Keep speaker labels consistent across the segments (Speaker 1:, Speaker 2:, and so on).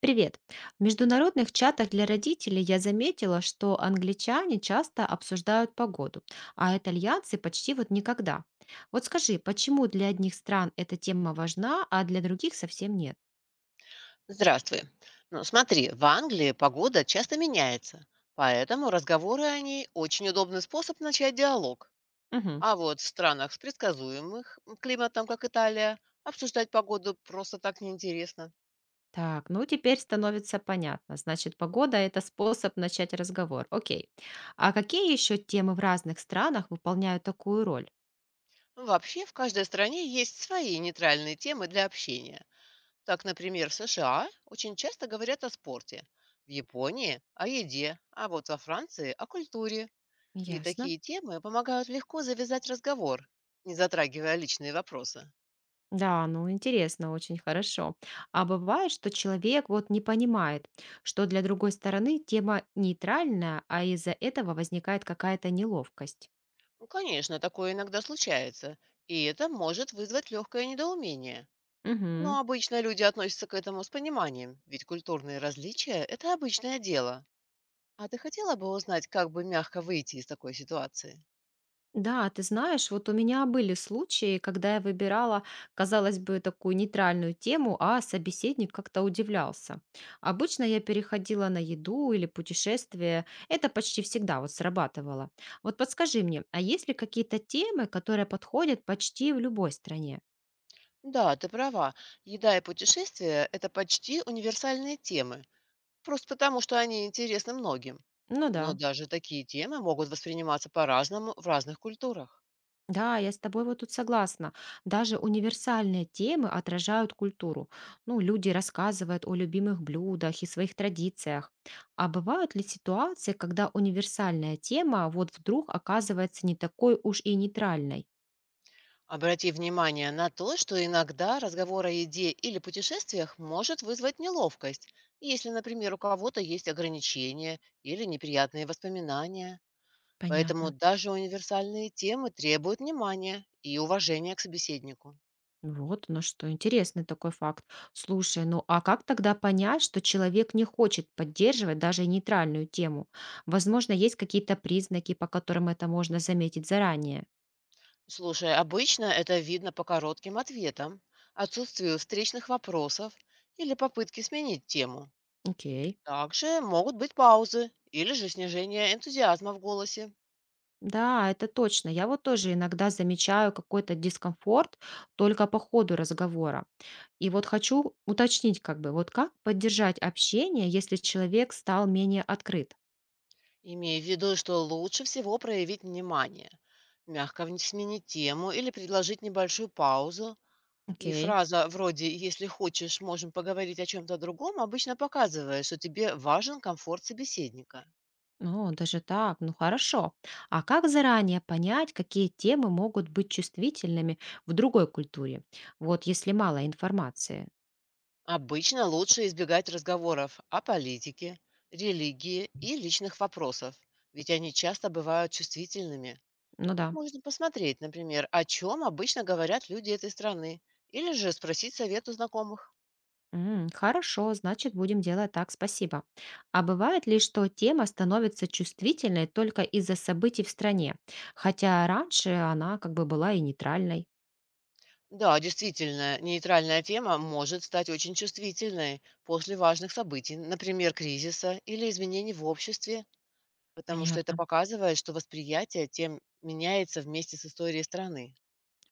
Speaker 1: Привет! В международных чатах для родителей я заметила, что англичане часто обсуждают погоду, а итальянцы почти вот никогда. Вот скажи, почему для одних стран эта тема важна, а для других совсем нет?
Speaker 2: Здравствуй. Ну, смотри, в Англии погода часто меняется, поэтому разговоры о ней очень удобный способ начать диалог.
Speaker 1: Мгм.
Speaker 2: А вот в странах с предсказуемых климатом, как Италия, обсуждать погоду просто так неинтересно.
Speaker 1: Так, ну теперь становится понятно. Значит, погода – это способ начать разговор. Окей. А какие еще темы в разных странах выполняют такую роль?
Speaker 2: Вообще, в каждой стране есть свои нейтральные темы для общения. Так, например, в США очень часто говорят о спорте, в Японии– о еде, а вот во Франции– о культуре. И
Speaker 1: Ясно.
Speaker 2: такие темы помогают легко завязать разговор, не затрагивая личные вопросы.
Speaker 1: Да, ну интересно, очень хорошо. А бывает, что человек вот не понимает, что для другой стороны тема нейтральная, а из-за этого возникает какая-то неловкость.
Speaker 2: Ну, конечно, такое иногда случается, и это может вызвать легкое недоумение.
Speaker 1: Мгм.
Speaker 2: Но обычно люди относятся к этому с пониманием, ведь культурные различия– это обычное дело. А ты хотела бы узнать, как бы мягко выйти из такой ситуации?
Speaker 1: Да, ты знаешь, вот у меня были случаи, когда я выбирала, казалось бы, такую нейтральную тему, а собеседник как-то удивлялся. Обычно я переходила на еду или путешествие. Это почти всегда вот срабатывало. Вот подскажи мне, а есть ли какие-то темы, которые подходят почти в любой стране?
Speaker 2: Да, ты права. Еда и путешествия– это почти универсальные темы, просто потому, что они интересны многим.
Speaker 1: Ну
Speaker 2: Но
Speaker 1: да,
Speaker 2: даже такие темы могут восприниматься по-разному в разных культурах.
Speaker 1: да, я с тобой вот тут согласна. Даже универсальные темы отражают культуру. Ну, люди рассказывают о любимых блюдах и своих традициях. А бывают ли ситуации, когда универсальная тема вот вдруг оказывается не такой уж и нейтральной?
Speaker 2: Обрати внимание на то, что иногда разговор о еде или путешествиях может вызвать неловкость, если, например, у кого-то есть ограничения или неприятные воспоминания. Поэтому
Speaker 1: Понятно.
Speaker 2: даже универсальные темы требуют внимания и уважения к собеседнику.
Speaker 1: Вот, ну что, интересный такой факт. Слушай, ну а как тогда понять, что человек не хочет поддерживать даже нейтральную тему? Возможно, есть какие-то признаки, по которым это можно заметить заранее.
Speaker 2: Слушай, обычно это видно по коротким ответам, отсутствию встречных вопросов или попытке сменить тему.
Speaker 1: Окей.
Speaker 2: Также могут быть паузы или же снижение энтузиазма в голосе.
Speaker 1: Да, это точно. Я вот тоже иногда замечаю какой-то дискомфорт только по ходу разговора. И вот хочу уточнить, как бы, вот как поддержать общение, если человек стал менее открыт?
Speaker 2: Имея в виду, что лучше всего проявить внимание, мягко сменить тему или предложить небольшую паузу. И
Speaker 1: Окей.
Speaker 2: фраза вроде «если хочешь, можем поговорить о чем-то другом» обычно показывает, что тебе важен комфорт собеседника.
Speaker 1: Ну, даже так, ну хорошо. А как заранее понять, какие темы могут быть чувствительными в другой культуре? Вот если мало информации.
Speaker 2: Обычно лучше избегать разговоров о политике, религии и личных вопросах, ведь они часто бывают чувствительными.
Speaker 1: Ну да.
Speaker 2: Можно посмотреть, например, о чем обычно говорят люди этой страны, или же спросить совет у знакомых.
Speaker 1: М, хорошо, значит, будем делать так, спасибо. А бывает ли, что тема становится чувствительной только из-за событий в стране, хотя раньше она как бы была и нейтральной?
Speaker 2: Да, действительно, нейтральная тема может стать очень чувствительной после важных событий, например, кризиса или изменений в обществе, потому что это
Speaker 1: Понятно.
Speaker 2: показывает, что восприятие тем меняется вместе с историей страны.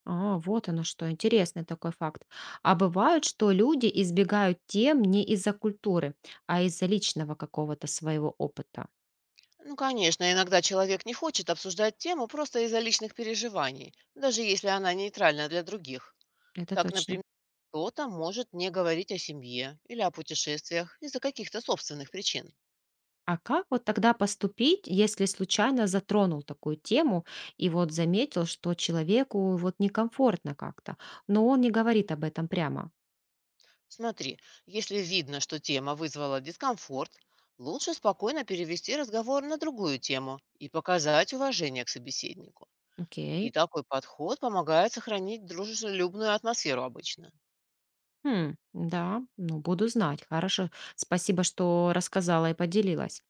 Speaker 1: А, вот оно что, интересный такой факт. А бывает, что люди избегают тем не из-за культуры, а из-за личного какого-то своего опыта.
Speaker 2: Ну, конечно, иногда человек не хочет обсуждать тему просто из-за личных переживаний, даже если она нейтральна для других.
Speaker 1: Это
Speaker 2: Так,
Speaker 1: точно.
Speaker 2: например, кто-то может не говорить о семье или о путешествиях из-за каких-то собственных причин.
Speaker 1: А как вот тогда поступить, если случайно затронул такую тему и вот заметил, что человеку вот некомфортно как-то, но он не говорит об этом прямо?
Speaker 2: Смотри, если видно, что тема вызвала дискомфорт, лучше спокойно перевести разговор на другую тему и показать уважение к собеседнику. И
Speaker 1: Окей.
Speaker 2: такой подход помогает сохранить дружелюбную атмосферу обычно.
Speaker 1: Хм, да, ну буду знать. Хорошо. Спасибо, что рассказала и поделилась.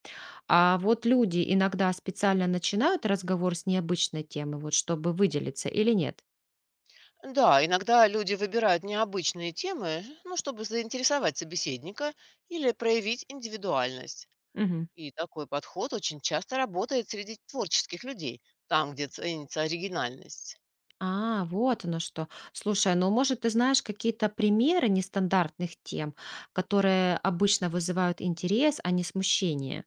Speaker 1: А вот люди иногда специально начинают разговор с необычной темы, вот чтобы выделиться или нет?
Speaker 2: Да, иногда люди выбирают необычные темы, ну, чтобы заинтересовать собеседника или проявить индивидуальность.
Speaker 1: Мгм.
Speaker 2: И такой подход очень часто работает среди творческих людей, там, где ценится оригинальность.
Speaker 1: А, вот оно что. Слушай, ну, может, ты знаешь какие-то примеры нестандартных тем, которые обычно вызывают интерес, а не смущение?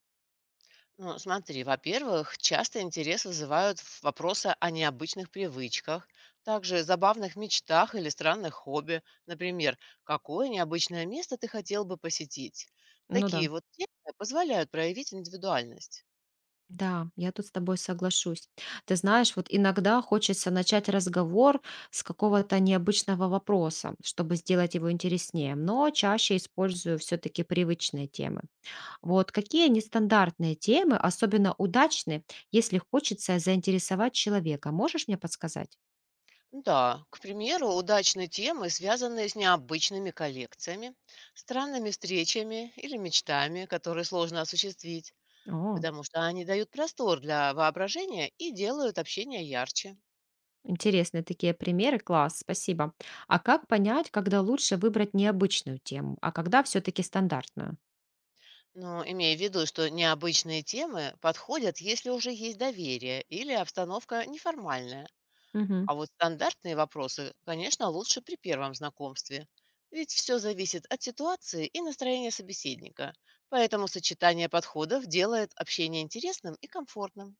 Speaker 2: Ну, смотри, во-первых, часто интерес вызывают вопросы о необычных привычках, также забавных мечтах или странных хобби. Например, какое необычное место ты хотел бы посетить?
Speaker 1: Ну да.
Speaker 2: Такие вот темы позволяют проявить индивидуальность.
Speaker 1: Да, я тут с тобой соглашусь. Ты знаешь, вот иногда хочется начать разговор с какого-то необычного вопроса, чтобы сделать его интереснее, но чаще использую все-таки привычные темы. Вот какие нестандартные темы особенно удачны, если хочется заинтересовать человека? Можешь мне подсказать?
Speaker 2: Да, к примеру, удачные темы, связанные с необычными коллекциями, странными встречами или мечтами, которые сложно осуществить,
Speaker 1: О.
Speaker 2: потому что они дают простор для воображения и делают общение ярче.
Speaker 1: Интересные такие примеры, класс, спасибо. А как понять, когда лучше выбрать необычную тему, а когда все-таки стандартную?
Speaker 2: Но имея в виду, что необычные темы подходят, если уже есть доверие или обстановка неформальная.
Speaker 1: Мгм.
Speaker 2: А вот стандартные вопросы, конечно, лучше при первом знакомстве. Ведь все зависит от ситуации и настроения собеседника. Поэтому сочетание подходов делает общение интересным и комфортным.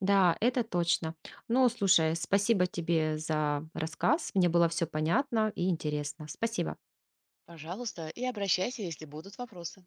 Speaker 1: Да, это точно. Ну, слушай, спасибо тебе за рассказ. Мне было все понятно и интересно. Спасибо.
Speaker 2: Пожалуйста, и обращайся, если будут вопросы.